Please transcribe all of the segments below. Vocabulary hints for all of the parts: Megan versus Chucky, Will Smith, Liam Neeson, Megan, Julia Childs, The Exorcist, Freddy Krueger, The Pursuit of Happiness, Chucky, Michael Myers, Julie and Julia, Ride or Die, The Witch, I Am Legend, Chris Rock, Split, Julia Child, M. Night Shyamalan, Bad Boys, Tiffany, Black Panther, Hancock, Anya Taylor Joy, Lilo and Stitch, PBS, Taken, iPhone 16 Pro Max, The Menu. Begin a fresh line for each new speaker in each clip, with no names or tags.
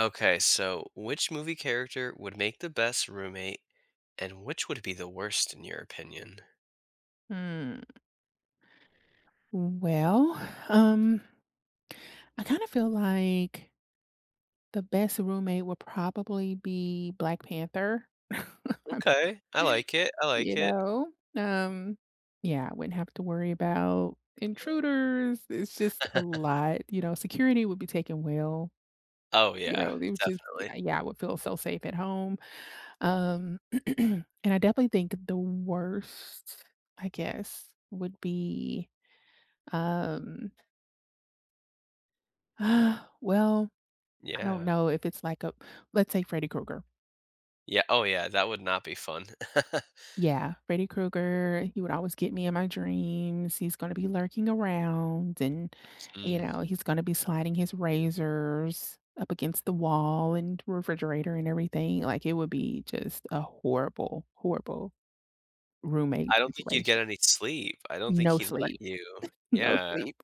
Okay, so which movie character would make the best roommate and which would be the worst in your opinion?
Hmm. Well, um, I kind of feel like the best roommate would probably be Black Panther.
Okay, I
Mean,
like it. I like
you
it.
know, um, yeah, I wouldn't have to worry about intruders. It's just a lot, you know. Security would be taken well,
Oh
you
yeah,
know.
definitely.
Yeah, yeah, I would feel so safe at home. Um, and I definitely think the worst, I guess, would be, um, well, I don't
Yeah.
know if let's say Freddy Krueger.
Yeah, oh yeah, that would not be fun.
Yeah, Freddy Krueger, he would always get me in my dreams. He's going to be lurking around and,
Mm.
he's going to be sliding his razors up against the wall and refrigerator and everything. Like it would be just a horrible, horrible roommate
I don't think you'd get
situation.
any sleep. I don't think
No
he'd let
sleep,
you.
no
Yeah,
sleep.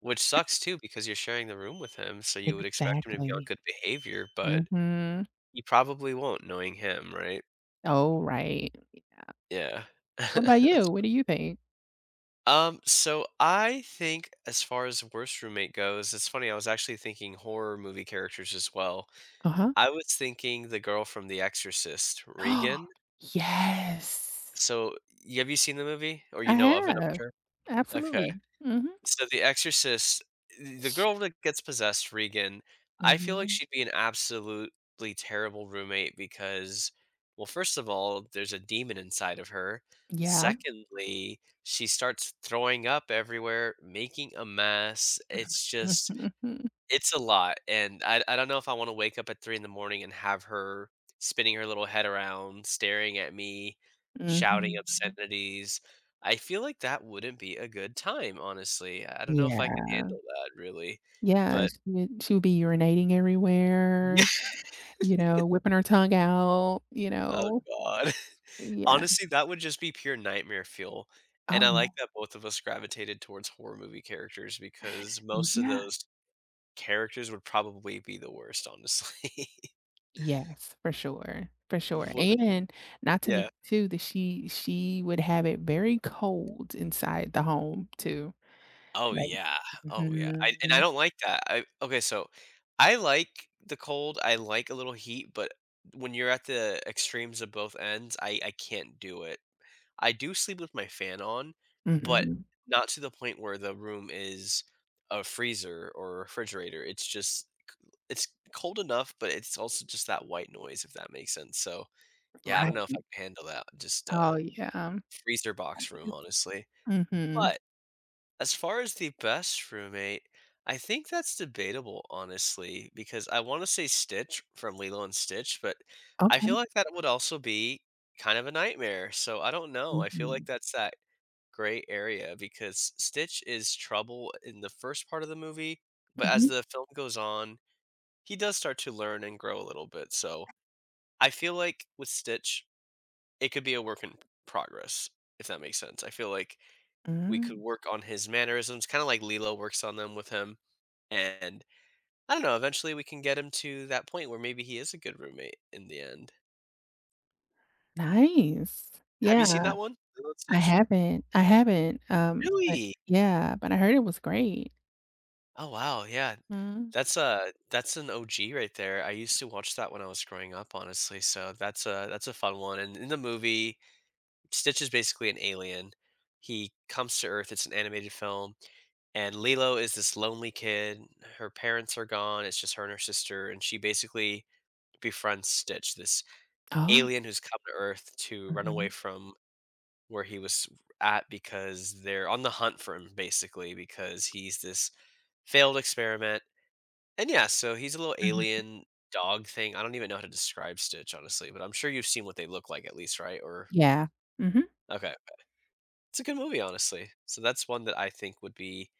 which sucks too because you're sharing the room with him, so you would expect him to be on
Exactly.
good behavior, but
Mhm.
he probably won't knowing him, right?
Oh, right.
Yeah.
What about
That's.
you? What do you think?
So I think as far as worst roommate goes, it's funny, I was actually thinking horror movie characters as well.
Uh-huh.
I was thinking the girl from The Exorcist, Regan.
Yes.
So, y have you seen the movie? Or you
I
know of it, I'm
have.
sure? Okay.
Absolutely. Mhm.
So, The Exorcist, the girl that gets possessed, Regan, I feel like
Mhm.
she'd be an absolutely terrible roommate because, well, first of all, there's a demon inside of her.
Yeah.
Secondly, she starts throwing up everywhere, making a mess. It's just it's a lot, and I don't know if I wanna wake up at 3 in the morning and have her spinning her little head around, staring at me, shouting
Mhm.
obscenities. I feel like that wouldn't be a good time, honestly. I don't know if I could
Yeah.
handle that really,
Yeah,
but
she would be urinating
yeah.
everywhere, you know, whipping her tongue out, you
Oh
know.
god.
Yeah.
Honestly, that would just be pure nightmare fuel, and
Oh,
I like
yeah.
that both of us gravitated towards horror movie characters because most of
Yeah.
those characters would probably be the worst, honestly.
Yes, for sure,
Whoopin.
and not to
Yeah.
mention too that she would have it very cold inside the home too,
Oh,
like
yeah. Oh, yeah. I and I
mhm,
don't like that. I okay, so I like the cold, I like a little heat, but when you're at the extremes of both ends, I can't do it. I do sleep with my fan on, but
mhm,
not to the point where the room is a freezer or a refrigerator. It's cold enough, but it's also just that white noise, if that makes sense. So, yeah, I don't
right,
know if I can handle that. Just,
oh yeah,
freezer box room, honestly.
mhm,
But as far as the best roommate, I think that's debatable, honestly, because I want to say Stitch from Lilo and Stitch, but I feel
okay,
like that would also be kind of a nightmare. So I don't know. I feel like
mhm,
that's that gray area because Stitch is trouble in the first part of the movie, but as
mhm,
the film goes on, he does start to learn and grow a little bit. So I feel like with Stitch, it could be a work in progress, if that makes sense. I feel like we could
mm,
work on his mannerisms, kind of like Lilo works on them with him. And I don't know, eventually we can get him to that point where maybe he is a good roommate in the end.
nice,
Have you
yeah,
seen that one? Lilo and Stitch?
I haven't, but
Really?
yeah, but I heard it was great,
Oh wow, yeah.
mm,
That's an OG right there. I used to watch that when I was growing up, honestly. So that's a fun one. And in the movie, Stitch is basically an alien. He comes to Earth. It's an animated film, and Lilo is this lonely kid. Her parents are gone. It's just her and her sister, and she basically befriends Stitch, this
oh,
alien who's come to Earth to run
mhm,
away from where he was at because they're on the hunt for him, basically, because he's this failed experiment. And yeah, so he's a little
mhm,
alien dog thing. I don't even know how to describe Stitch, honestly, but I'm sure you've seen what they look like at least, right? Or,
yeah, mhm.
okay. It's a good movie, honestly. So that's one that I think would be,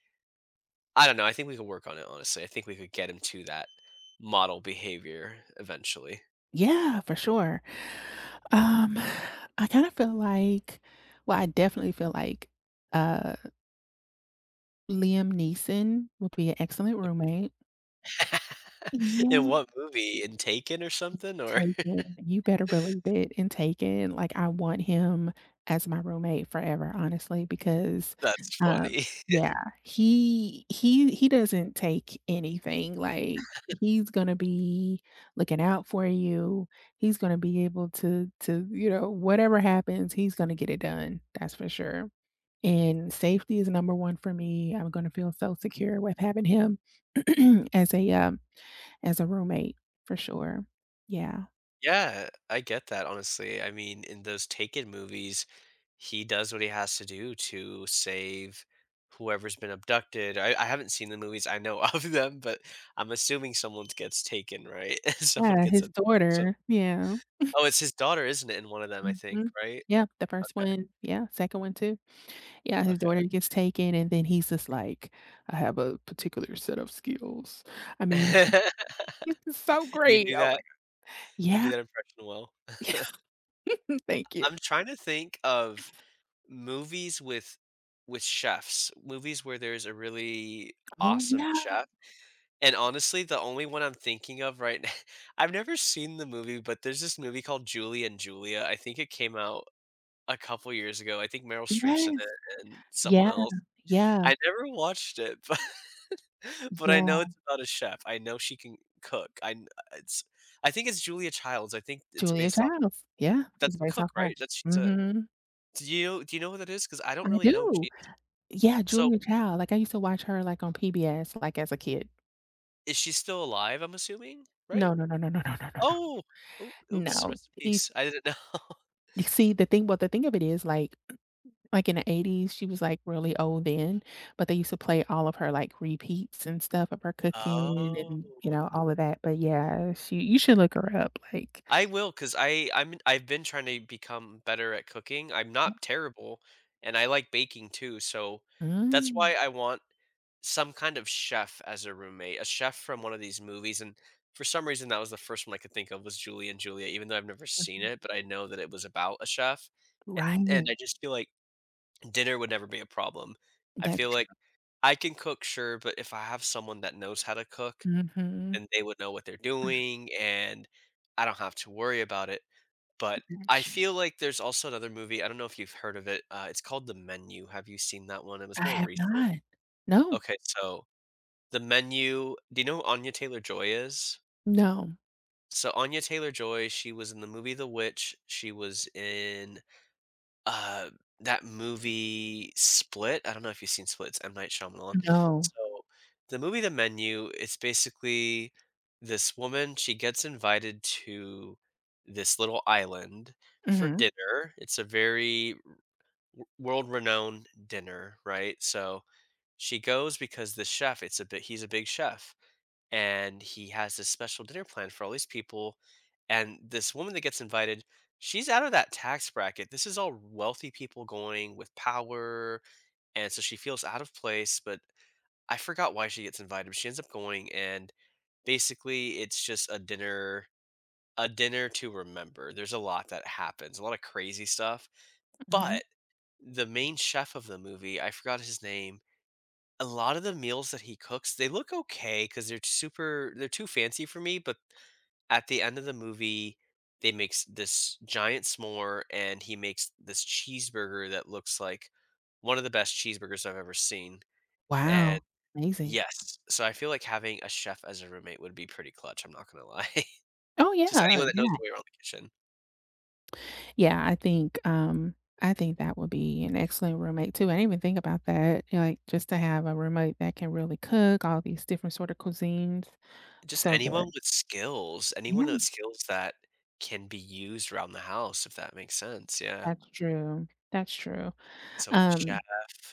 I don't know. I think we could work on it, honestly. I think we could get him to that model behavior eventually.
Yeah, for sure. Um, I kind of feel like I definitely feel like, uh, Liam Neeson would be an excellent roommate.
In what movie? In Taken or something, or
Taken, you better believe it, and Taken, like, I want him as my roommate forever, honestly, because,
that's
um
funny.
yeah, he doesn't take anything, like, he's gonna be looking out for you, he's gonna be able to, you know, whatever happens, he's gonna get it done, that's for sure, and safety is number 1 for me, I'm gonna feel so secure with having him as as a roommate for sure. Yeah.
Yeah, I get that, honestly. I mean, in those Taken movies, he does what he has to do to save whoever's been abducted. I haven't seen the movies, I know of them, but I'm assuming someone gets taken, right? Someone
Yeah,
gets
his
abducted, so
daughter. Yeah.
oh, it's his daughter, isn't it, in one of them, I think,
Mhm.
right?
Yep, the first
Okay,
one. Yeah, second one too. Yeah, his
okay.
daughter gets taken, and then he's just like, "I have a particular set of skills." I mean, this is so
You
great.
do
Oh
that
my God.
you do
Yeah.
that impression well.
Thank you.
I'm trying to think of movies with chefs, movies where there's a really
Oh,
awesome
yeah.
chef, and honestly, the only one I'm thinking of right now I've never seen the movie, but there's this movie called Julie and Julia, I think it came out a couple years ago, I think Meryl Streep's in
Yes.
it and someone
Yeah.
else.
Yeah.
I never watched it, but I know
Yeah.
it's about a chef, I know she can cook, it's I think it's Julia Childs, I think it's
Julia
based off.
Childs. Yeah, it's
That's a
based
cook,
off
right?
her.
That's she's a
Mhm.
do you know what that is? Because I don't
I
really know who she
do.
is.
Yeah,
So
Julia Child. Like, I used to watch her, like, on PBS, like, as a kid.
is she still alive, I'm assuming, right?
No, no, no, no, no, no, no, no, no.
Oh! Oo
No.
Oops,
No,
rest in
He's
peace. I didn't know.
You see, The thing the thing of it is, like, in the '80s, she was, like, really old then, but they used to play all of her, like, repeats and stuff of her cooking and, you
Oh.
know, all of that, but yeah, she you should look her up, like
I will, cause I've been trying to become better at cooking. I'm not terrible, and I like baking too, so that's why
mm,
I want some kind of chef as a roommate, a chef from one of these movies, and for some reason, that was the first one I could think of was Julie and Julia, even though I've never seen
mhm,
it, but I know that it was about a chef, a
right,
and I just feel like dinner would never be a problem. I
that's
feel
true.
like I can cook, sure, but if I have someone that knows how to cook,
Mhm,
then they would know what they're doing, and I don't have to worry about it. But I
that's
feel like there's also another movie. I don't know if you've heard of it. It's called The Menu. Have you seen that one? It was
I
more
have
recent.
not. No,
Okay, so The Menu. Do you know who Anya Taylor Joy is?
no,
So Anya Taylor Joy, she was in the movie The Witch. She was in, Uh, that movie Split, I don't know if you've seen Split, it's M. Night Shyamalan.
no.
So, the movie The Menu, it's basically this woman, she gets invited to this little island for
Mhm,
dinner. It's a very world-renowned dinner, right? So, she goes because the chef, it's a bit he's a big chef and he has this special dinner plan for all these people. And this woman that gets invited, she's out of that tax bracket. This is all wealthy people going with power. And so she feels out of place, but I forgot why she gets invited. But she ends up going, and basically, it's just a dinner. A dinner to remember. There's a lot that happens, a lot of crazy stuff.
mhm.
But the main chef of the movie, I forgot his name, a lot of the meals that he cooks they look okay because they're too fancy for me but at the end of the movie, they makes this giant s'more, and he makes this cheeseburger that looks like one of the best cheeseburgers I've ever seen, and
Wow, amazing.
yes. So I feel like having a chef as a roommate would be pretty clutch, I'm not gonna lie.
Oh,
Just
yeah,
anyone that knows
yeah.
their way around the kitchen.
Yeah, I think that would be an excellent roommate too. I didn't even think about that. You know, like just to have a roommate that can really cook all these different sort of cuisines.
Just
So good.
anyone with
Yeah,
skills that can be used around the house, if that makes sense, yeah.
that's true. That's true.
So chef,
Um,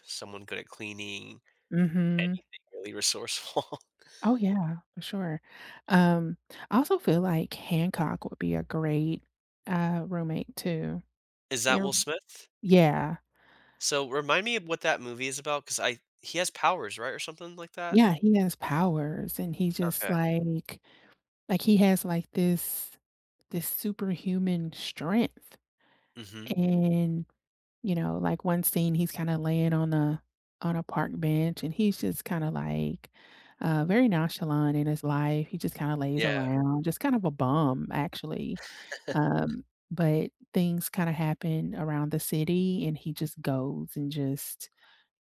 someone good at cleaning,
mhm.
anything really resourceful.
Oh yeah, for sure. Um, I also feel like Hancock would be a great roommate too.
Is that
You're
Will Smith?
yeah.
So remind me of what that movie is about, because I he has powers, right, or something like that?
Yeah, he has powers and
Okay.
he has this superhuman strength.
Mhm.
And, you know, like one scene, he's kinda laying on the on a park bench, and he's just kinda like, very nonchalant in his life. He just kinda lays
Yeah.
around, just kind of a bum, actually. Um, but things kinda happen around the city, and he just goes and just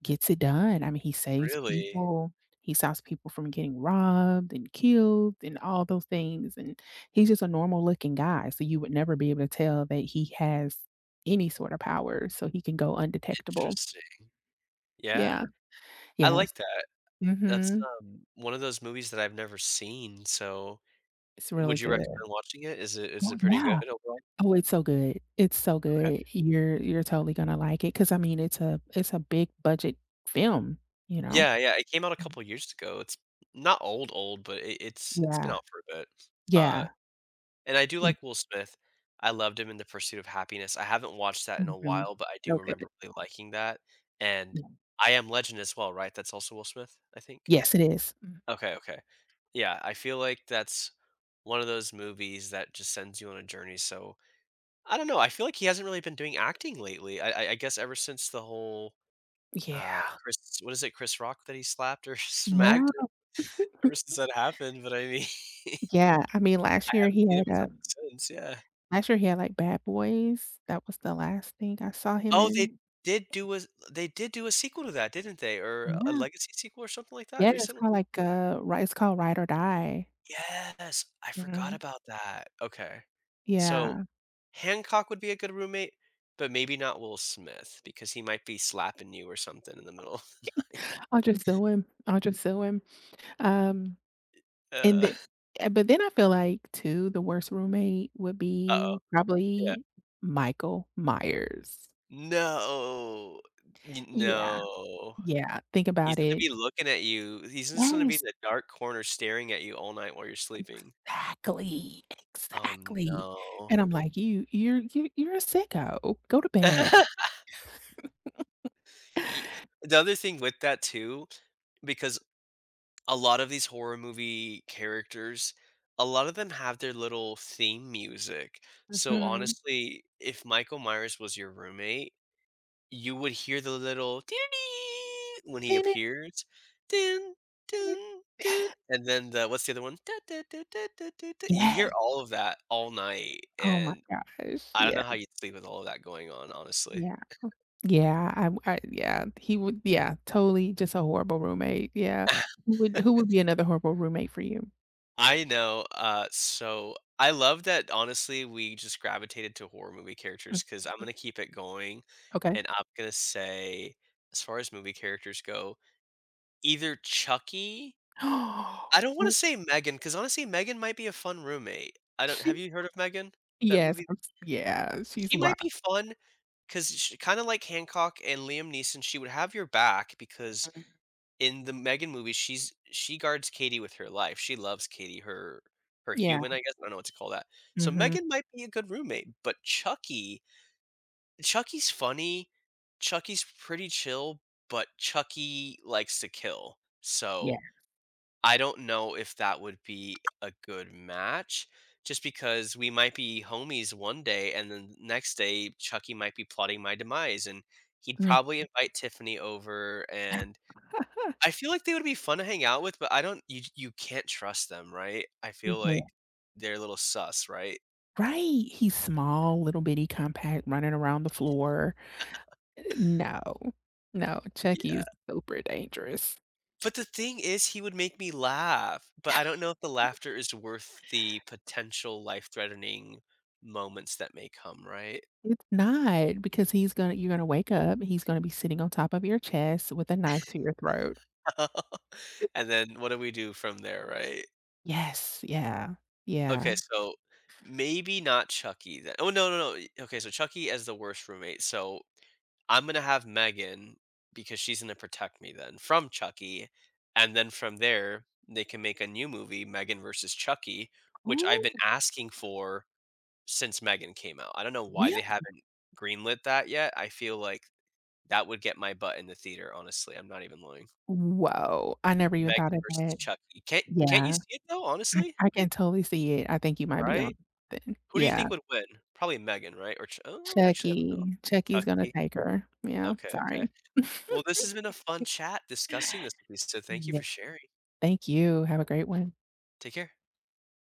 gets it done. I mean, he saves
Really?
people. He stops people from getting robbed and killed and all those things. And he's just a normal looking guy. So you would never be able to tell that he has any sort of powers. So he can go undetectable.
Interesting. Yeah.
Yeah.
I
Yes.
like that. That's
Hmm.
one of those movies that I've never seen, so
It's
would
really
you
good.
recommend watching it? Is it is
Oh
it pretty
yeah.
good overall?
Oh, it's so good. It's so
Okay.
good. You're totally gonna like it. Cause I mean it's a big budget film, you know?
Yeah, yeah, it came out a
Mm.
couple years ago. It's not old, old, but it's been
Yeah.
out for a bit. Uh
Yeah.
And I do
Mm.
like Will Smith. I loved him in The Pursuit of Happiness. I haven't watched that in a
Mhm.
while, but I do
So good.
remember really liking that, and I Am Legend as well, right? That's also Will Smith, I think?
Yes, it is. Mm,
Okay, okay. Yeah, I feel like that's one of those movies that just sends you on a journey, so I don't know, I feel like he hasn't really been doing acting lately. I guess ever since the whole,
yeah.
Chris, what is it, Chris Rock that he slapped or
Yeah,
smacked? Ever since that happened, but I mean,
yeah, I mean,
I haven't seen him in something since, yeah.
last year he had, like, Bad Boys, that was the last thing I saw him
Oh,
in.
did do a they did do a sequel to that, didn't they? Or a
Yeah,
legacy sequel or something like that
yeah, it's
recently?
kinda like, ri it's called Ride or Die.
Yes, I forgot
Mhm,
about that. Okay. So,
yeah,
Hancock would be a good roommate, but maybe not Will Smith because he might be slapping you or something in the middle.
I'll just sue him, um, and
Uh,
then, but then I feel like too, the worst roommate would
oh
be
yeah.
probably Michael Myers.
No. Y
Yeah,
No.
yeah, think
He's
about
gonna
it.
be looking at you. He's just gonna be in
Yes.
the dark corner staring at you all night while you're sleeping.
Exactly,
Oh,
exactly,
no.
and I'm like, you're a sicko, go to bed."
Ye The other thing with that too, because a lot of these horror movie characters, a lot of them have their little theme music. So,
Mhm.
honestly, if Michael Myers was your roommate, you would hear the little dee-dee-dee when he appears. "Dun, dun, dun," and then the what's the other one? Da, da, da, da, da, da, da. You'd hear
Yes,
all of that all night,
oh my
and
gosh,
I don't
yeah,
know how you'd sleep with all of that going on, honestly.
yeah, yeah, I. I yeah, he would yeah, totally just a horrible roommate, yeah. Who would be another horrible roommate for you?
I know. So I love that. Honestly, we just gravitated to horror movie
Mm,
characters because I'm
mhm,
gonna keep it going,
okay.
and I'm gonna say, as far as movie characters go, either Chucky. I don't want to
Oh,
say Megan because honestly, Megan might be a fun roommate. I don't.
she
Have you heard of Megan? That
yes,
movie.
I'm s yeah, she's
She
wild.
might be fun because kind of like Hancock and Liam Neeson, she would have your back because in the Megan movie, she guards Katie with her life. She loves Katie, her
Yeah,
human, I guess. I don't know what to call that. So
mhm,
Megan might be a good roommate, but Chucky's funny. Chucky's pretty chill, but Chucky likes to kill.
yeah,
So I don't know if that would be a good match. Just because we might be homies one day, and then next day Chucky might be plotting my demise, and he'd
mm,
probably invite Tiffany over, and I feel like they would be fun to hang out with, but I don't you you can't trust them, right? I
you
feel
can.
like they're a little sus, right?
Right, he's small, little bitty, compact, running around the floor. No, no, Chucky
Yeah.
is super dangerous.
But the thing is he would make me laugh, but I don't know if the laughter is worth the potential life-threatening moments that may come, right?
It's not because he's gonna you're gonna wake up, he's gonna be sitting on top of your chest with a knife to your throat.
And then what do we do from there, right?
Yes, yeah,
Okay,
yeah.
so maybe not Chucky then. Oh, no, no, no. Okay, so Chucky as the worst roommate. So I'm gonna have Megan because she's gonna protect me then from Chucky, and then from there they can make a new movie, Megan versus Chucky, which I've
Oh,
been asking for since Megan came out. I don't know why
really?
they haven't greenlit that yet. I feel like that would get my butt in the theater, honestly. I'm not even lying.
Whoa! I never even thought
Megan
of
versus
that.
Chucky. Can't you
Yeah,
see it though, honestly?
I can totally see it. I think you might be
Right?
on something.
Who do you
Yeah.
think would win? Probably Megan, right? Or oh, actually, I don't know.
Chucky. Chucky's gonna
Chucky?
take her. Yeah,
Okay, okay.
sorry.
Well, this has been a fun chat discussing this with you, so thank you
Yeah,
for sharing.
thank you. Have a great one.
Take care.